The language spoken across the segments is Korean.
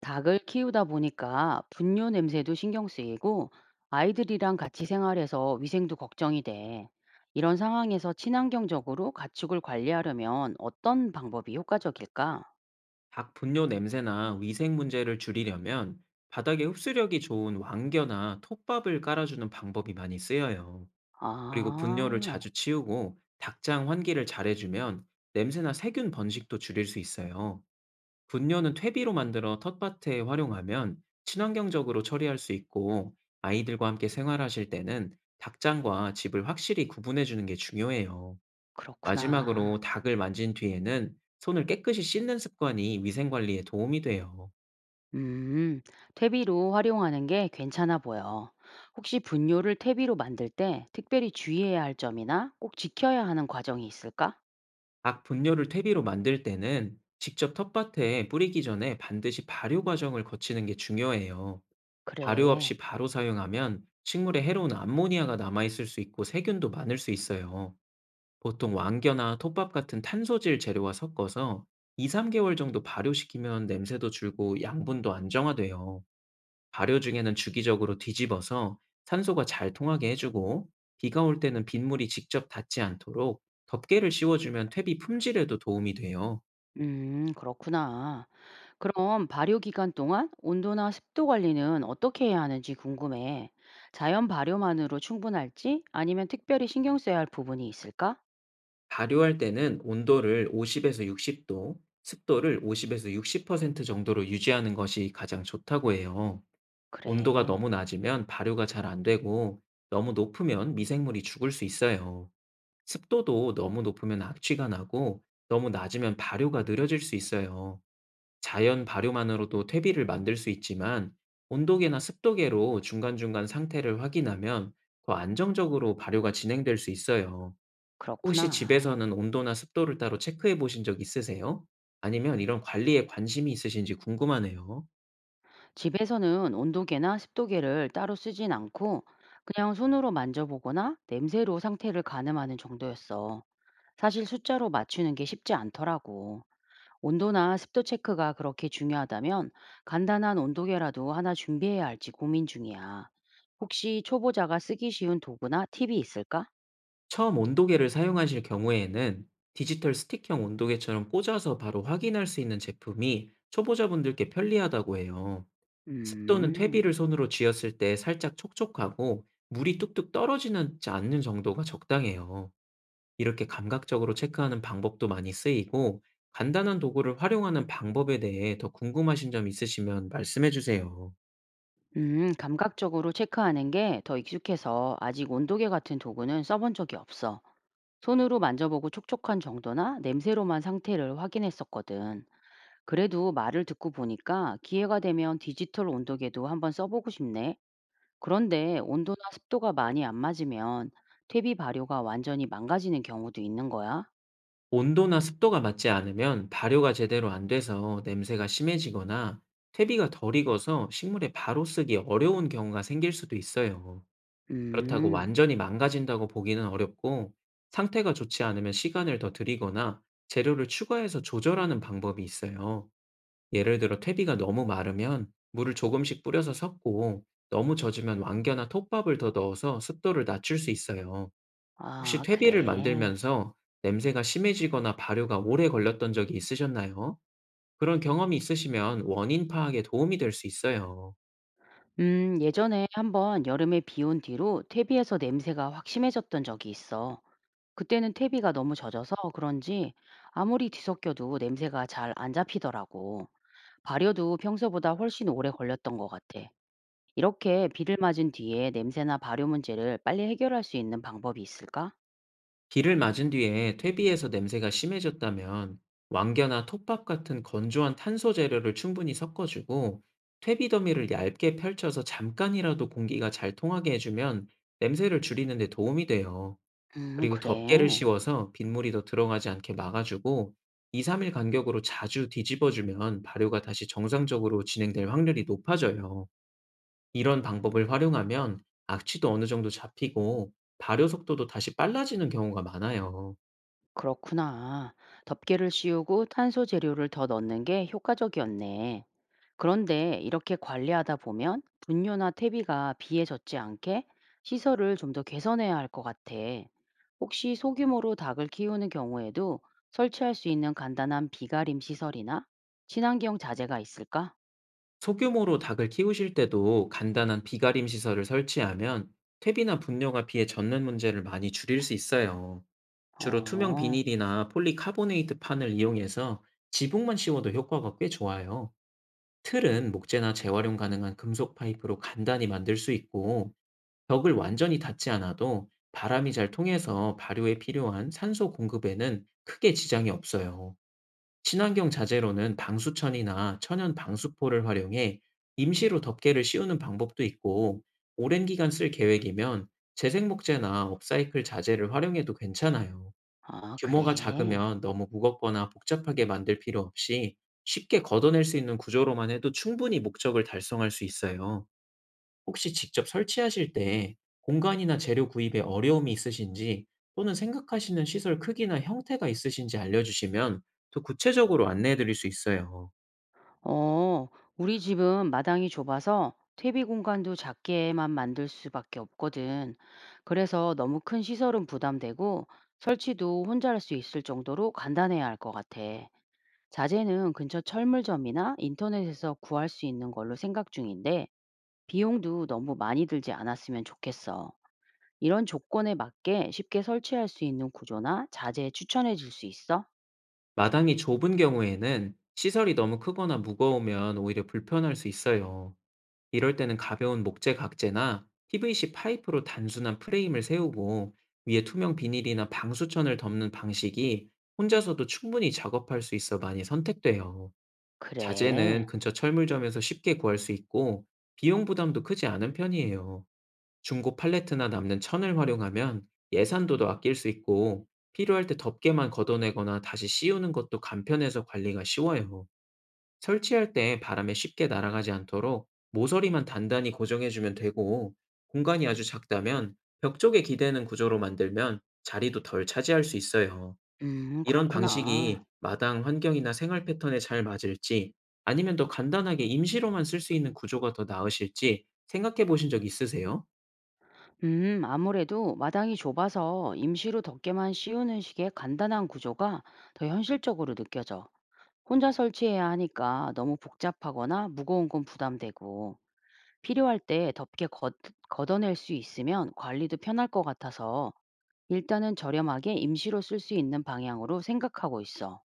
닭을 키우다 보니까 분뇨 냄새도 신경 쓰이고 아이들이랑 같이 생활해서 위생도 걱정이 돼. 이런 상황에서 친환경적으로 가축을 관리하려면 어떤 방법이 효과적일까? 닭 분뇨 냄새나 위생 문제를 줄이려면 바닥에 흡수력이 좋은 왕겨나 톱밥을 깔아주는 방법이 많이 쓰여요. 그리고 분뇨를 아, 자주 치우고 닭장 환기를 잘해주면 냄새나 세균 번식도 줄일 수 있어요. 분뇨는 퇴비로 만들어 텃밭에 활용하면 친환경적으로 처리할 수 있고, 아이들과 함께 생활하실 때는 닭장과 집을 확실히 구분해주는 게 중요해요. 그렇구나. 마지막으로 닭을 만진 뒤에는 손을 깨끗이 씻는 습관이 위생 관리에 도움이 돼요. 음, 퇴비로 활용하는 게 괜찮아 보여. 혹시 분뇨를 퇴비로 만들 때 특별히 주의해야 할 점이나 꼭 지켜야 하는 과정이 있을까? 닭 분뇨를 퇴비로 만들 때는 직접 텃밭에 뿌리기 전에 반드시 발효 과정을 거치는 게 중요해요. 발효 그래. 없이 바로 사용하면 식물에 해로운 암모니아가 남아있을 수 있고 세균도 많을 수 있어요. 보통 왕겨나 톱밥 같은 탄소질 재료와 섞어서 2, 3개월 정도 발효시키면 냄새도 줄고 양분도 안정화돼요. 발효 중에는 주기적으로 뒤집어서 산소가 잘 통하게 해주고, 비가 올 때는 빗물이 직접 닿지 않도록 덮개를 씌워주면 퇴비 품질에도 도움이 돼요. 그렇구나. 그럼 발효 기간 동안 온도나 습도 관리는 어떻게 해야 하는지 궁금해. 자연 발효만으로 충분할지 아니면 특별히 신경 써야 할 부분이 있을까? 발효할 때는 온도를 50에서 60도, 습도를 50에서 60% 정도로 유지하는 것이 가장 좋다고 해요. 온도가 그래, 너무 낮으면 발효가 잘 안 되고, 너무 높으면 미생물이 죽을 수 있어요. 습도도 너무 높으면 악취가 나고, 너무 낮으면 발효가 느려질 수 있어요. 자연 발효만으로도 퇴비를 만들 수 있지만, 온도계나 습도계로 중간중간 상태를 확인하면 더 안정적으로 발효가 진행될 수 있어요. 혹시 그렇구나. 집에서는 온도나 습도를 따로 체크해 보신 적 있으세요? 아니면 이런 관리에 관심이 있으신지 궁금하네요. 집에서는 온도계나 습도계를 따로 쓰진 않고 그냥 손으로 만져보거나 냄새로 상태를 가늠하는 정도였어. 사실 숫자로 맞추는 게 쉽지 않더라고. 온도나 습도 체크가 그렇게 중요하다면 간단한 온도계라도 하나 준비해야 할지 고민 중이야. 혹시 초보자가 쓰기 쉬운 도구나 팁이 있을까? 처음 온도계를 사용하실 경우에는 디지털 스틱형 온도계처럼 꽂아서 바로 확인할 수 있는 제품이 초보자분들께 편리하다고 해요. 습도는 음, 퇴비를 손으로 쥐었을 때 살짝 촉촉하고 물이 뚝뚝 떨어지는 지 않는 정도가 적당해요. 이렇게 감각적으로 체크하는 방법도 많이 쓰이고, 간단한 도구를 활용하는 방법에 대해 더 궁금하신 점 있으시면 말씀해 주세요. 감각적으로 체크하는 게 더 익숙해서 아직 온도계 같은 도구는 써본 적이 없어. 손으로 만져보고 촉촉한 정도나 냄새로만 상태를 확인했었거든. 그래도 말을 듣고 보니까 기회가 되면 디지털 온도계도 한번 써보고 싶네. 그런데 온도나 습도가 많이 안 맞으면 퇴비 발효가 완전히 망가지는 경우도 있는 거야? 온도나 습도가 맞지 않으면 발효가 제대로 안 돼서 냄새가 심해지거나 퇴비가 덜 익어서 식물에 바로 쓰기 어려운 경우가 생길 수도 있어요. 그렇다고 음, 완전히 망가진다고 보기는 어렵고, 상태가 좋지 않으면 시간을 더 들이거나 재료를 추가해서 조절하는 방법이 있어요. 예를 들어 퇴비가 너무 마르면 물을 조금씩 뿌려서 섞고, 너무 젖으면 왕겨나 톱밥을 더 넣어서 습도를 낮출 수 있어요. 혹시 아, 퇴비를 그래. 만들면서 냄새가 심해지거나 발효가 오래 걸렸던 적이 있으셨나요? 그런 경험이 있으시면 원인 파악에 도움이 될 수 있어요. 예전에 한번 여름에 비 온 뒤로 퇴비에서 냄새가 확 심해졌던 적이 있어. 그때는 퇴비가 너무 젖어서 그런지 아무리 뒤섞여도 냄새가 잘 안 잡히더라고. 발효도 평소보다 훨씬 오래 걸렸던 것 같아. 이렇게 비를 맞은 뒤에 냄새나 발효 문제를 빨리 해결할 수 있는 방법이 있을까? 비를 맞은 뒤에 퇴비에서 냄새가 심해졌다면 왕겨나 톱밥 같은 건조한 탄소 재료를 충분히 섞어주고, 퇴비 더미를 얇게 펼쳐서 잠깐이라도 공기가 잘 통하게 해주면 냄새를 줄이는 데 도움이 돼요. 그리고 덮개를 그래. 씌워서 빗물이 더 들어가지 않게 막아주고, 2, 3일 간격으로 자주 뒤집어주면 발효가 다시 정상적으로 진행될 확률이 높아져요. 이런 방법을 활용하면 악취도 어느 정도 잡히고, 발효 속도도 다시 빨라지는 경우가 많아요. 그렇구나. 덮개를 씌우고 탄소 재료를 더 넣는 게 효과적이었네. 그런데 이렇게 관리하다 보면 분뇨나 퇴비가 비에 젖지 않게 시설을 좀 더 개선해야 할 것 같아. 혹시 소규모로 닭을 키우는 경우에도 설치할 수 있는 간단한 비가림 시설이나 친환경 자재가 있을까? 소규모로 닭을 키우실 때도 간단한 비가림 시설을 설치하면 퇴비나 분뇨가 비에 젖는 문제를 많이 줄일 수 있어요. 주로 투명 어, 비닐이나 폴리카보네이트 판을 이용해서 지붕만 씌워도 효과가 꽤 좋아요. 틀은 목재나 재활용 가능한 금속 파이프로 간단히 만들 수 있고, 벽을 완전히 닫지 않아도 바람이 잘 통해서 발효에 필요한 산소 공급에는 크게 지장이 없어요. 친환경 자재로는 방수천이나 천연 방수포를 활용해 임시로 덮개를 씌우는 방법도 있고, 오랜 기간 쓸 계획이면 재생목재나 업사이클 자재를 활용해도 괜찮아요. 아, 규모가 그래. 작으면 너무 무겁거나 복잡하게 만들 필요 없이 쉽게 걷어낼 수 있는 구조로만 해도 충분히 목적을 달성할 수 있어요. 혹시 직접 설치하실 때 공간이나 재료 구입에 어려움이 있으신지, 또는 생각하시는 시설 크기나 형태가 있으신지 알려주시면 더 구체적으로 안내해 드릴 수 있어요. 어, 우리 집은 마당이 좁아서 퇴비 공간도 작게만 만들 수밖에 없거든. 그래서 너무 큰 시설은 부담되고 설치도 혼자 할 수 있을 정도로 간단해야 할 것 같아. 자재는 근처 철물점이나 인터넷에서 구할 수 있는 걸로 생각 중인데 비용도 너무 많이 들지 않았으면 좋겠어. 이런 조건에 맞게 쉽게 설치할 수 있는 구조나 자재 추천해 줄 수 있어? 마당이 좁은 경우에는 시설이 너무 크거나 무거우면 오히려 불편할 수 있어요. 이럴 때는 가벼운 목재 각재나 PVC 파이프로 단순한 프레임을 세우고, 위에 투명 비닐이나 방수천을 덮는 방식이 혼자서도 충분히 작업할 수 있어 많이 선택돼요. 자재는 그래. 근처 철물점에서 쉽게 구할 수 있고, 비용 부담도 크지 않은 편이에요. 중고 팔레트나 남는 천을 활용하면 예산도 더 아낄 수 있고, 필요할 때 덮개만 걷어내거나 다시 씌우는 것도 간편해서 관리가 쉬워요. 설치할 때 바람에 쉽게 날아가지 않도록 모서리만 단단히 고정해주면 되고, 공간이 아주 작다면 벽 쪽에 기대는 구조로 만들면 자리도 덜 차지할 수 있어요. 음, 이런 그렇구나. 방식이 마당 환경이나 생활 패턴에 잘 맞을지, 아니면 더 간단하게 임시로만 쓸 수 있는 구조가 더 나으실지 생각해 보신 적 있으세요? 아무래도 마당이 좁아서 임시로 덮개만 씌우는 식의 간단한 구조가 더 현실적으로 느껴져. 혼자 설치해야 하니까 너무 복잡하거나 무거운 건 부담되고, 필요할 때 걷어낼 수 있으면 관리도 편할 것 같아서 일단은 저렴하게 임시로 쓸 수 있는 방향으로 생각하고 있어.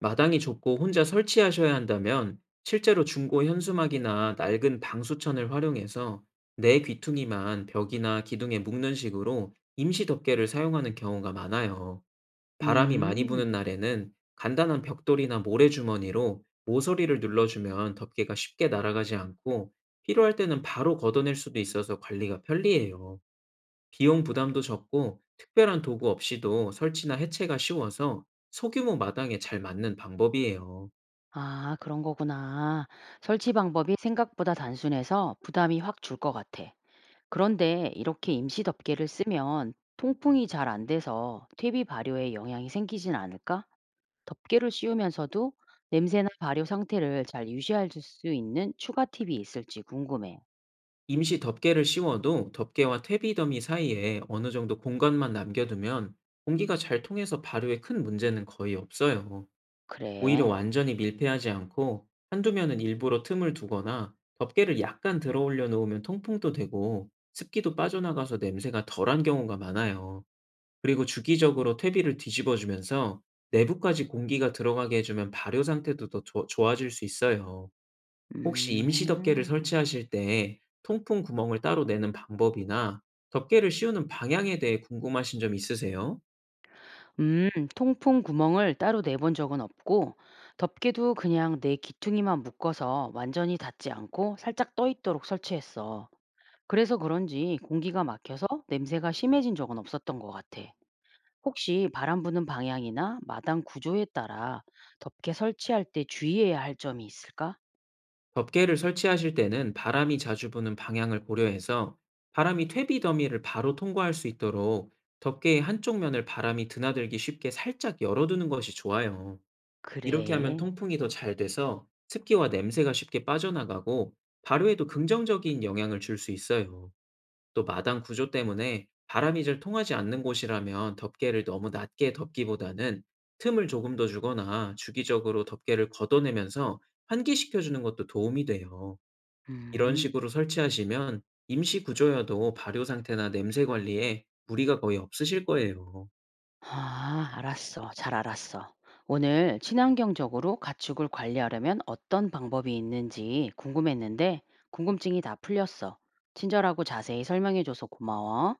마당이 좁고 혼자 설치하셔야 한다면 실제로 중고 현수막이나 낡은 방수천을 활용해서 내 귀퉁이만 벽이나 기둥에 묶는 식으로 임시 덮개를 사용하는 경우가 많아요. 바람이 많이 부는 음, 날에는 간단한 벽돌이나 모래주머니로 모서리를 눌러주면 덮개가 쉽게 날아가지 않고, 필요할 때는 바로 걷어낼 수도 있어서 관리가 편리해요. 비용 부담도 적고 특별한 도구 없이도 설치나 해체가 쉬워서 소규모 마당에 잘 맞는 방법이에요. 아, 그런 거구나. 설치 방법이 생각보다 단순해서 부담이 확 줄 것 같아. 그런데 이렇게 임시 덮개를 쓰면 통풍이 잘 안 돼서 퇴비 발효에 영향이 생기진 않을까? 덮개를 씌우면서도 냄새나 발효 상태를 잘 유지할 수 있는 추가 팁이 있을지 궁금해. 임시 덮개를 씌워도 덮개와 퇴비 더미 사이에 어느 정도 공간만 남겨두면 공기가 잘 통해서 발효에 큰 문제는 거의 없어요. 오히려 그래. 완전히 밀폐하지 않고 한두 면은 일부러 틈을 두거나 덮개를 약간 들어 올려 놓으면 통풍도 되고 습기도 빠져나가서 냄새가 덜한 경우가 많아요. 그리고 주기적으로 퇴비를 뒤집어 주면서 내부까지 공기가 들어가게 해주면 발효 상태도 더 좋아질 수 있어요. 혹시 임시 덮개를 음, 설치하실 때 통풍 구멍을 따로 내는 방법이나 덮개를 씌우는 방향에 대해 궁금하신 점 있으세요? 음, 통풍 구멍을 따로 내본 적은 없고, 덮개도 그냥 내 기퉁이만 묶어서 완전히 닫지 않고 살짝 떠 있도록 설치했어. 그래서 그런지 공기가 막혀서 냄새가 심해진 적은 없었던 것 같아. 혹시 바람 부는 방향이나 마당 구조에 따라 덮개 설치할 때 주의해야 할 점이 있을까? 덮개를 설치하실 때는 바람이 자주 부는 방향을 고려해서 바람이 퇴비 더미를 바로 통과할 수 있도록 덮개의 한쪽 면을 바람이 드나들기 쉽게 살짝 열어두는 것이 좋아요. 이렇게 하면 그래. 통풍이 더 잘 돼서 습기와 냄새가 쉽게 빠져나가고 발효에도 긍정적인 영향을 줄 수 있어요. 또 마당 구조 때문에 바람이 잘 통하지 않는 곳이라면 덮개를 너무 낮게 덮기보다는 틈을 조금 더 주거나 주기적으로 덮개를 걷어내면서 환기시켜주는 것도 도움이 돼요. 이런 음. 식으로 설치하시면 임시 구조여도 발효 상태나 냄새 관리에 무리가 거의 없으실 거예요. 아, 알았어. 잘 알았어. 오늘 친환경적으로 가축을 관리하려면 어떤 방법이 있는지 궁금했는데 궁금증이 다 풀렸어. 친절하고 자세히 설명해줘서 고마워.